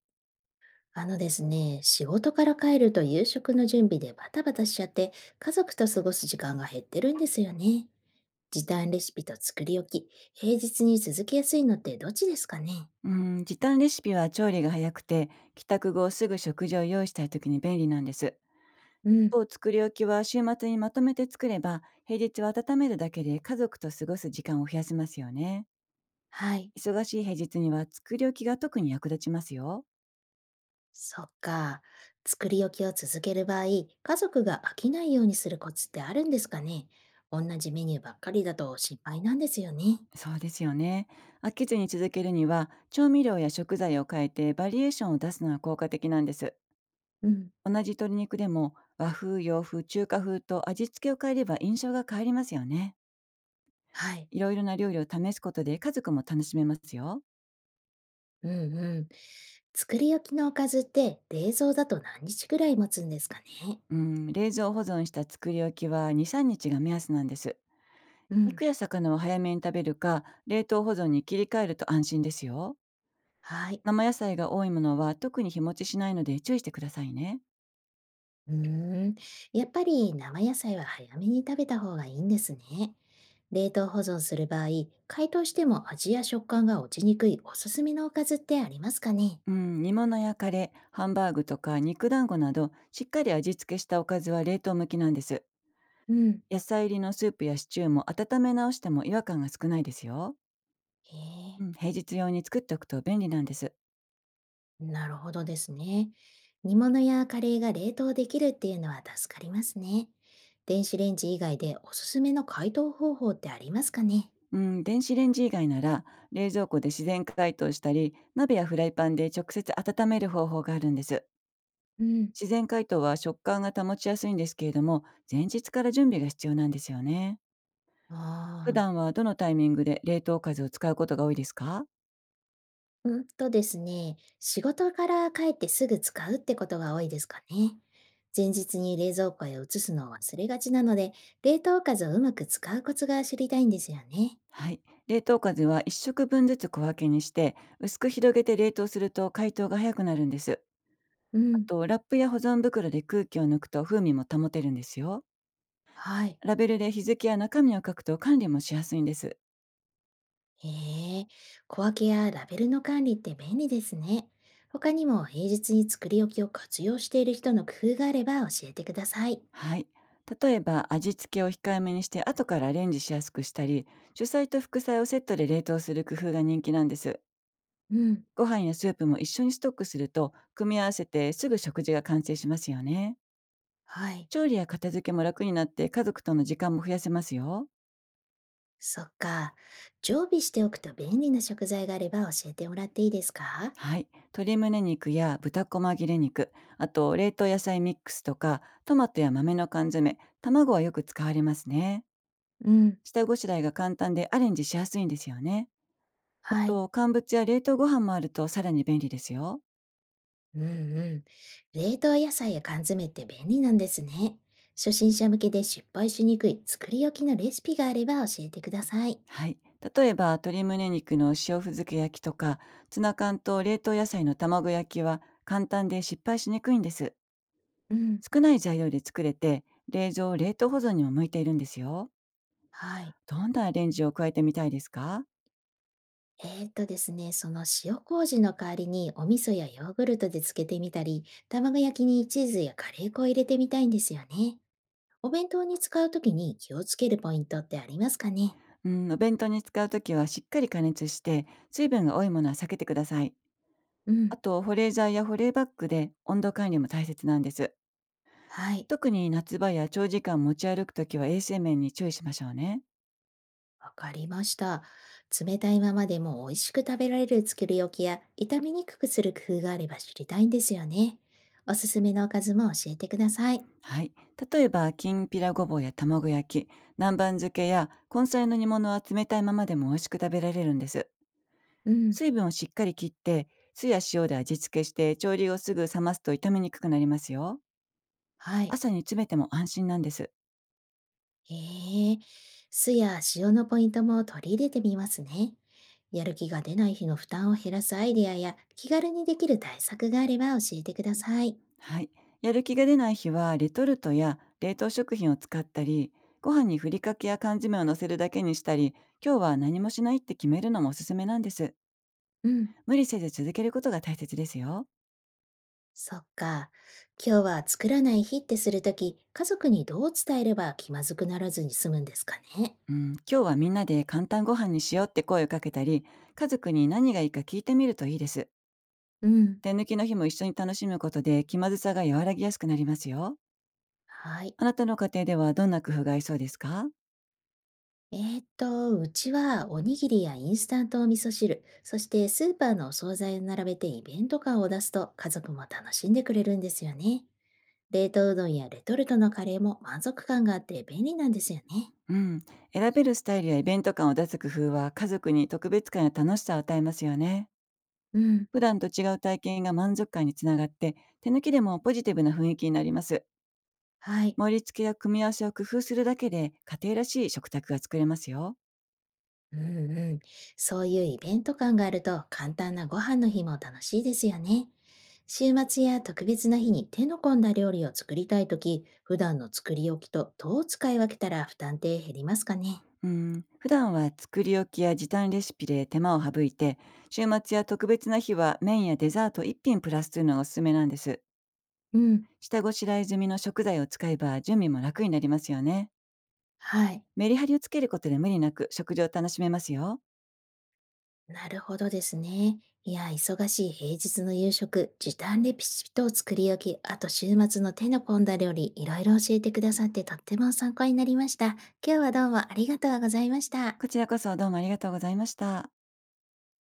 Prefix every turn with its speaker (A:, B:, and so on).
A: あのですね、仕事から帰ると夕食の準備でバタバタしちゃって、家族と過ごす時間が減ってるんですよね。時短レシピと作り置き、平日に続けやすいのってどっちですかね？
B: うん、時短レシピは調理が早くて、帰宅後すぐ食事を用意したい時に便利なんです。
A: う
B: 一
A: ん、
B: 方、作り置きは週末にまとめて作れば、平日は温めるだけで家族と過ごす時間を増やせますよね。
A: はい。
B: 忙しい平日には作り置きが特に役立ちますよ。
A: そっか。作り置きを続ける場合、家族が飽きないようにするコツってあるんですかね？同じメニューばっかりだと心配なんですよね。
B: そうですよね。飽きずに続けるには、調味料や食材を変えてバリエーションを出すのは効果的なんです。
A: うん、
B: 同じ鶏肉でも和風、洋風、中華風と味付けを変えれば印象が変わりますよね。
A: はい。
B: いろいろな料理を試すことで家族も楽しめますよ。
A: うんうん。作り置きのおかずって冷蔵だと何日くらい持つんですかね？
B: うん、冷蔵保存した作り置きは2、3日が目安なんです。
A: うん、
B: 肉や魚を早めに食べるか、冷凍保存に切り替えると安心ですよ。
A: はい。
B: 生野菜が多いものは特に日持ちしないので注意してくださいね。
A: うーん。やっぱり生野菜は早めに食べた方がいいんですね。冷凍保存する場合、解凍しても味や食感が落ちにくいおすすめのおかずってありますかね？
B: うん、煮物やカレー、ハンバーグとか肉団子など、しっかり味付けしたおかずは冷凍向きなんです。
A: うん、
B: 野菜入りのスープやシチューも温め直しても違和感が少ないですよ。
A: へ
B: うん、平日用に作っておくと便利なんです。
A: え、なるほどですね。煮物やカレーが冷凍できるっていうのは助かりますね。電子レンジ以外でおすすめの解凍方法ってありますかね？
B: うん、電子レンジ以外なら冷蔵庫で自然解凍したり、鍋やフライパンで直接温める方法があるんです。
A: うん。
B: 自然解凍は食感が保ちやすいんですけれども、前日から準備が必要なんですよね。普
A: ああ。
B: 段はどのタイミングで冷凍風を使うことが多いですか？
A: うんとですね、仕事から帰ってすぐ使うってことが多いですかね。前日に冷蔵庫へ移すのを忘れがちなので、冷凍おかずをうまく使うコツが知りたいんですよね。
B: はい。冷凍風は1食分ずつ小分けにして、薄く広げて冷凍すると解凍が早くなるんです。
A: う
B: あ
A: ん。
B: と、ラップや保存袋で空気を抜くと風味も保てるんですよ。
A: はい。
B: ラベルで日付や中身を書くと管理もしやすいんです。
A: へえ、小分けやラベルの管理って便利ですね。他にも平日に作り置きを活用している人の工夫があれば教えてください。
B: はい。例えば、味付けを控えめにして後からアレンジしやすくしたり、主菜と副菜をセットで冷凍する工夫が人気なんです。
A: うん。
B: ご飯やスープも一緒にストックすると組み合わせてすぐ食事が完成しますよね。
A: はい。
B: 調理や片付けも楽になって家族との時間も増やせますよ。
A: そっか。常備しておくと便利な食材があれば教えてもらっていいですか？
B: はい。鶏胸肉や豚こま切れ肉、あと冷凍野菜ミックスとかトマトや豆の缶詰、卵はよく使われますね。
A: うん。
B: 下ごしらえが簡単でアレンジしやすいんですよね。
A: はい。
B: と、乾物や冷凍ご飯もあるとさらに便利ですよ。
A: うんうん。冷凍野菜や缶詰って便利なんですね。初心者向けで失敗しにくい作り置きのレシピがあれば教えてください。
B: はい。例えば、鶏胸肉の塩ふ漬け焼きとか、ツナ缶と冷凍野菜の卵焼きは簡単で失敗しにくいんです。
A: うん、
B: 少ない材料で作れて、冷蔵、冷凍保存にも向いているんですよ。
A: はい。
B: どんなアレンジを加えてみたいですか？
A: ですね、その塩麹の代わりにお味噌やヨーグルトで漬けてみたり、卵焼きにチーズやカレー粉を入れてみたいんですよね。お弁当に使うときに気をつけるポイントってありますかね？
B: うん、お弁当に使うときはしっかり加熱して、水分が多いものは避けてください。
A: う
B: あ
A: ん。
B: と、保冷剤や保冷バッグで温度管理も大切なんです。
A: はい。
B: 特に夏場や長時間持ち歩くときは衛生面に注意しましょうね。
A: わかりました。冷たいままでも美味しく食べられる作り置きや炒めにくくする工夫があれば知りたいんですよね。おすすめのおかずも教えてください。
B: はい。例えば、きんぴらごぼうや卵焼き、南蛮漬けや根菜の煮物は冷たいままでも美味しく食べられるんです。
A: うん、
B: 水分をしっかり切って、酢や塩で味付けして、調理をすぐ冷ますと傷みにくくなりますよ。
A: はい。
B: 朝に詰めても安心なんです。
A: へえ、酢や塩のポイントも取り入れてみますね。やる気が出ない日の負担を減らすアイデアや気軽にできる対策があれば教えてください。
B: はい。やる気が出ない日は、レトルトや冷凍食品を使ったり、ご飯にふりかけや缶詰を乗せるだけにしたり、今日は何もしないって決めるのもおすすめなんです。
A: うん、
B: 無理せず続けることが大切ですよ。
A: そっか。今日は作らない日ってするとき、家族にどう伝えれば気まずくならずに済むんですかね。
B: うん、今日はみんなで簡単ご飯にしようって声をかけたり、家族に何がいいか聞いてみるといいです。
A: うん。
B: 手抜きの日も一緒に楽しむことで気まずさが和らぎやすくなりますよ。
A: はい。
B: あなたの家庭ではどんな工夫が合いそうですか？
A: うちはおにぎりやインスタントお味噌汁、そしてスーパーのお惣菜を並べてイベント感を出すと家族も楽しんでくれるんですよね。冷凍うどんやレトルトのカレーも満足感があって便利なんですよね。
B: うん、選べるスタイルやイベント感を出す工夫は家族に特別感や楽しさを与えますよね。
A: うん。
B: 普段と違う体験が満足感につながって、手抜きでもポジティブな雰囲気になります。
A: はい。
B: 盛り付けや組み合わせを工夫するだけで家庭らしい食卓が作れますよ。
A: うんうん。そういうイベント感があると簡単なご飯の日も楽しいですよね。週末や特別な日に手の込んだ料理を作りたいとき、普段の作り置きとどう使い分けたら負担って減りますかね。
B: うん、普段は作り置きや時短レシピで手間を省いて、週末や特別な日は麺やデザート1品プラスというのがおすすめなんです。
A: うん。
B: 下ごしらえ済みの食材を使えば準備も楽になりますよね。
A: はい。
B: メリハリをつけることで無理なく食事を楽しめますよ。
A: なるほどですね。いや、忙しい平日の夕食、時短レシピを作り置き、あと週末の手の込んだ料理、いろいろ教えてくださってとっても参考になりました。今日はどうもありがとうございました。
B: こちらこそどうもありがとうございました。